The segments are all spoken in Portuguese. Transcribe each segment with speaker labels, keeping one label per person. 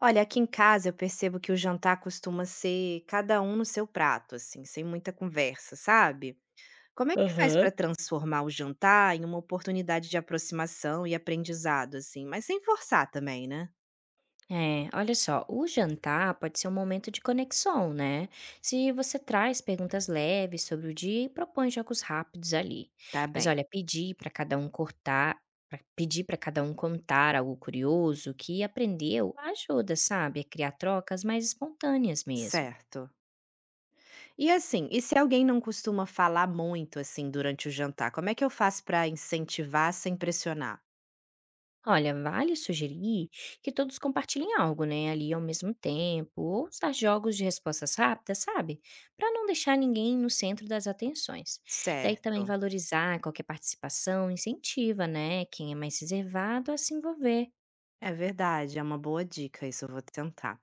Speaker 1: Olha, aqui em casa eu percebo que o jantar costuma ser cada um no seu prato, assim, sem muita conversa, sabe? Como é que faz
Speaker 2: Aham.
Speaker 1: para transformar o jantar em uma oportunidade de aproximação e aprendizado, assim, mas sem forçar também, né?
Speaker 2: É, olha só, o jantar pode ser um momento de conexão, né? Se você traz perguntas leves sobre o dia e propõe jogos rápidos ali.
Speaker 1: Tá
Speaker 2: Mas
Speaker 1: bem,
Speaker 2: olha, pedir para cada um cortar, pedir para cada um contar algo curioso que aprendeu ajuda, sabe, a criar trocas mais espontâneas mesmo.
Speaker 1: certo. E assim, e se alguém não costuma falar muito, assim, durante o jantar, como é que eu faço para incentivar sem pressionar?
Speaker 2: Olha, vale sugerir que todos compartilhem algo, né, ali ao mesmo tempo, ou usar jogos de respostas rápidas, sabe? Para não deixar ninguém no centro das atenções. Daí também
Speaker 1: Certo.
Speaker 2: valorizar qualquer participação, incentiva, né, quem é mais reservado a se envolver.
Speaker 1: É verdade, é uma boa dica, isso eu vou tentar.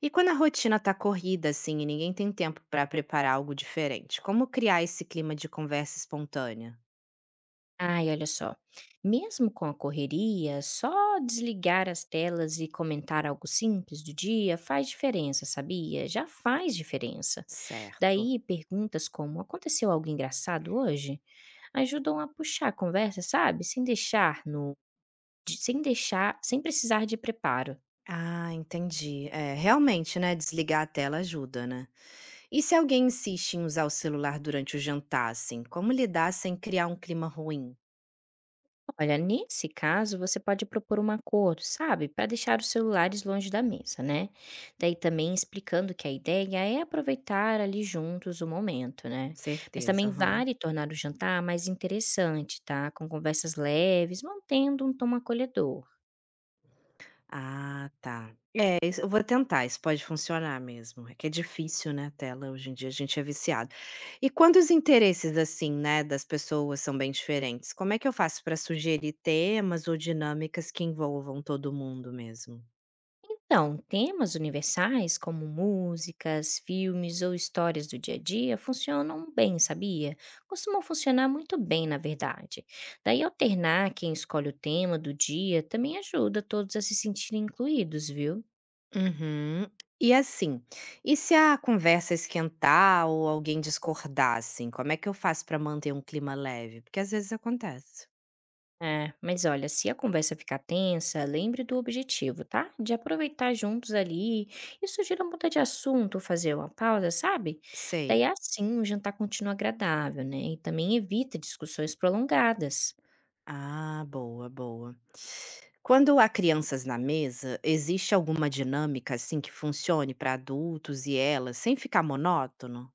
Speaker 1: E quando a rotina tá corrida, assim, e ninguém tem tempo pra preparar algo diferente, como criar esse clima de conversa espontânea?
Speaker 2: Ai, olha só, mesmo com a correria, só desligar as telas e comentar algo simples do dia faz diferença, sabia? Já faz diferença.
Speaker 1: Certo.
Speaker 2: Daí perguntas como: aconteceu algo engraçado hoje? Ajudam a puxar a conversa, sabe, sem deixar no de sem deixar sem precisar de preparo.
Speaker 1: Ah, entendi. É, realmente, né? Desligar a tela ajuda, né? E se alguém insiste em usar o celular durante o jantar, assim, como lidar sem criar um clima ruim?
Speaker 2: Olha, nesse caso, você pode propor um acordo, sabe, para deixar os celulares longe da mesa, né. Daí também explicando que a ideia é aproveitar ali juntos o momento, né. Mas
Speaker 1: Certeza,
Speaker 2: também
Speaker 1: aham.
Speaker 2: vale tornar o jantar mais interessante, tá, com conversas leves, mantendo um tom acolhedor.
Speaker 1: Ah, tá. É, isso eu vou tentar, isso pode funcionar mesmo. É que é difícil, né, tela, hoje em dia a gente é viciado. E quando os interesses, assim, né, das pessoas são bem diferentes, como é que eu faço para sugerir temas ou dinâmicas que envolvam todo mundo mesmo?
Speaker 2: Então, temas universais como músicas, filmes ou histórias do dia a dia funcionam bem, sabia? Costumam funcionar muito bem, na verdade. Daí, alternar quem escolhe o tema do dia também ajuda todos a se sentirem incluídos, viu?
Speaker 1: Uhum. E assim, e se a conversa esquentar ou alguém discordar, assim, como é que eu faço para manter um clima leve? Porque às vezes acontece.
Speaker 2: É, mas olha, se a conversa ficar tensa, lembre do objetivo, tá? De aproveitar juntos ali e sugira mudar de assunto, fazer uma pausa, sabe?
Speaker 1: Sei.
Speaker 2: Daí assim o jantar continua agradável, né? E também evita discussões prolongadas.
Speaker 1: Ah, boa, boa. Quando há crianças na mesa, existe alguma dinâmica assim que funcione para adultos e elas, sem ficar monótono?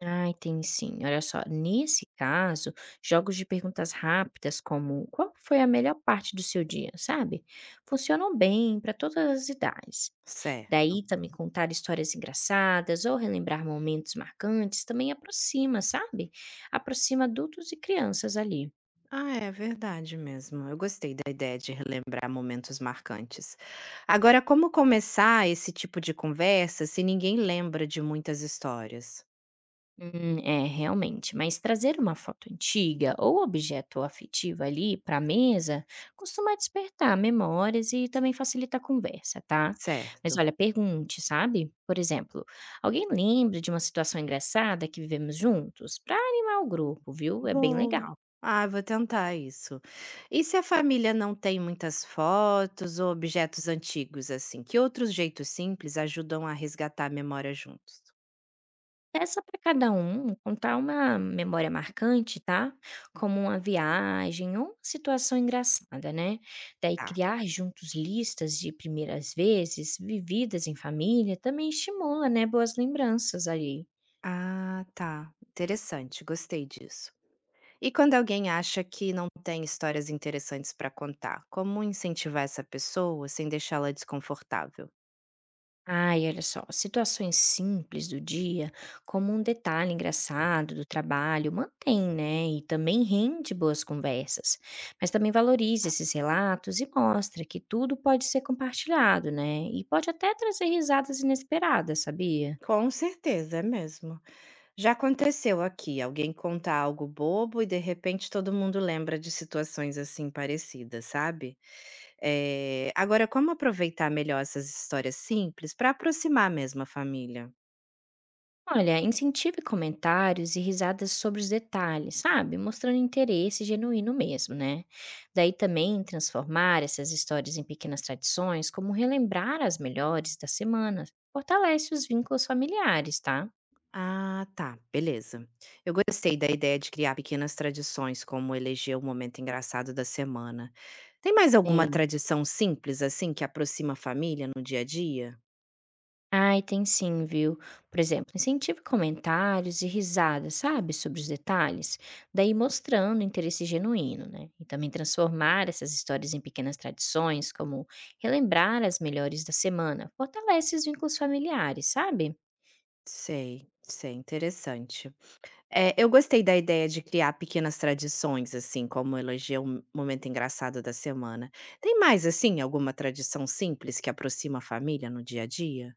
Speaker 2: Ai, tem sim. Olha só, nesse caso, jogos de perguntas rápidas, como qual foi a melhor parte do seu dia, sabe? Funcionam bem para todas as idades.
Speaker 1: Certo.
Speaker 2: Daí também contar histórias engraçadas ou relembrar momentos marcantes também aproxima, sabe? Aproxima adultos e crianças ali.
Speaker 1: Ah, é verdade mesmo. Eu gostei da ideia de relembrar momentos marcantes. Agora, como começar esse tipo de conversa se ninguém lembra de muitas histórias?
Speaker 2: É, realmente, mas trazer uma foto antiga ou objeto afetivo ali para a mesa costuma despertar memórias e também facilita a conversa, tá? Mas
Speaker 1: Certo.
Speaker 2: olha, pergunte, sabe? Por exemplo, alguém lembra de uma situação engraçada que vivemos juntos? Para animar o grupo, viu? É bem
Speaker 1: Boa.
Speaker 2: legal.
Speaker 1: Ah, vou tentar isso. E se a família não tem muitas fotos ou objetos antigos assim, que outros jeitos simples ajudam a resgatar a memória juntos?
Speaker 2: Peça para cada um contar uma memória marcante, tá? Como uma viagem ou uma situação engraçada, né? Daí
Speaker 1: Tá.
Speaker 2: criar juntos listas de primeiras vezes vividas em família também estimula, né, boas lembranças ali.
Speaker 1: Ah, tá. Interessante, gostei disso. E quando alguém acha que não tem histórias interessantes para contar, como incentivar essa pessoa sem deixá-la desconfortável?
Speaker 2: Ai, olha só, situações simples do dia, como um detalhe engraçado do trabalho, mantém, né? E também rende boas conversas. Mas também valorize esses relatos e mostra que tudo pode ser compartilhado, né? E pode até trazer risadas inesperadas, sabia?
Speaker 1: Com certeza, é mesmo. Já aconteceu aqui, alguém conta algo bobo e de repente todo mundo lembra de situações assim parecidas, sabe? Eh, agora, como aproveitar melhor essas histórias simples para aproximar mesmo a família?
Speaker 2: Olha, incentive comentários e risadas sobre os detalhes, sabe? Mostrando interesse genuíno mesmo, né? Daí também transformar essas histórias em pequenas tradições, como relembrar as melhores da semana, fortalece os vínculos familiares, tá?
Speaker 1: Ah, tá, beleza. Eu gostei da ideia de criar pequenas tradições, como eleger o momento engraçado da semana. Tem mais alguma
Speaker 2: É,
Speaker 1: tradição simples assim que aproxima a família no dia a dia?
Speaker 2: Ai, tem sim, viu? Por exemplo, incentive comentários e risadas, sabe, sobre os detalhes, daí mostrando interesse genuíno, né? E também transformar essas histórias em pequenas tradições, como relembrar as melhores da semana, fortalece os vínculos familiares, sabe?
Speaker 1: Sei, sei, interessante. É, eu gostei da ideia de criar pequenas tradições, assim, como elogiar um momento engraçado da semana. Tem mais, assim, alguma tradição simples que aproxima a família no dia a dia?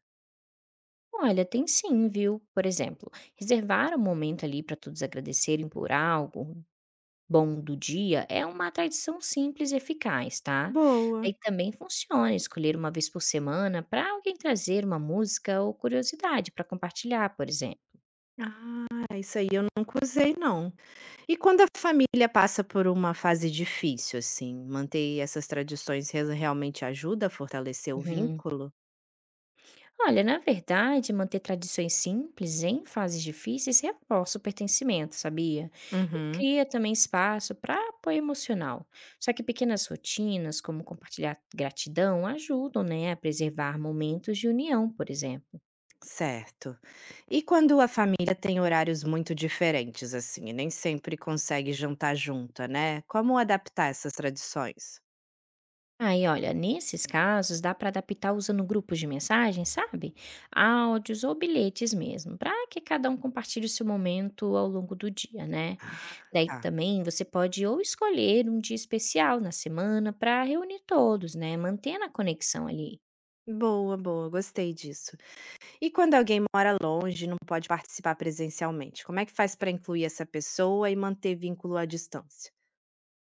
Speaker 2: Olha, tem sim, viu? Por exemplo, reservar um momento ali para todos agradecerem por algo, bom do dia é uma tradição simples e eficaz, tá?
Speaker 1: Boa.
Speaker 2: Aí também funciona escolher uma vez por semana para alguém trazer uma música ou curiosidade para compartilhar, por exemplo.
Speaker 1: Ah, isso aí eu nunca usei, não. E quando a família passa por uma fase difícil, assim, manter essas tradições realmente ajuda a fortalecer o
Speaker 2: Uhum.
Speaker 1: vínculo?
Speaker 2: Olha, na verdade, manter tradições simples em fases difíceis reforça o pertencimento, sabia? E
Speaker 1: Uhum.
Speaker 2: cria também espaço para apoio emocional. Só que pequenas rotinas, como compartilhar gratidão, ajudam, né, a preservar momentos de união, por exemplo.
Speaker 1: Certo. E quando a família tem horários muito diferentes, assim, e nem sempre consegue jantar junta, né? Como adaptar essas tradições?
Speaker 2: Aí, olha, nesses casos dá para adaptar usando grupos de mensagem, sabe? Áudios ou bilhetes mesmo, para que cada um compartilhe o seu momento ao longo do dia, né?
Speaker 1: Ah,
Speaker 2: Daí
Speaker 1: tá.
Speaker 2: também você pode ou escolher um dia especial na semana para reunir todos, né? Mantendo a conexão ali.
Speaker 1: Boa, boa, gostei disso. E quando alguém mora longe e não pode participar presencialmente, como é que faz para incluir essa pessoa e manter vínculo à distância?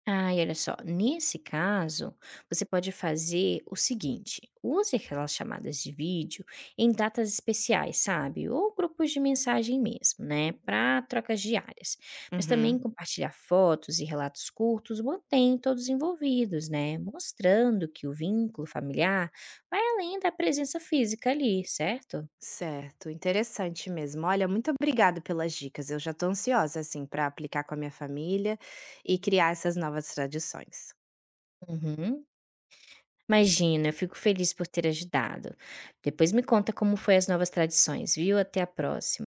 Speaker 2: Ah, e olha só, nesse caso, você pode fazer o seguinte: use aquelas chamadas de vídeo em datas especiais, sabe? Ou grupos de mensagem mesmo, né? Para trocas diárias. Mas também
Speaker 1: Uhum.
Speaker 2: compartilhar fotos e relatos curtos mantém todos envolvidos, né? Mostrando que o vínculo familiar vai além da presença física ali, certo?
Speaker 1: Certo, interessante mesmo. Olha, muito obrigado pelas dicas. Eu já estou ansiosa assim para aplicar com a minha família e criar essas novas tradições.
Speaker 2: Uhum. Imagina, eu fico feliz por ter ajudado. Depois me conta como foi as novas tradições, viu? Até a próxima.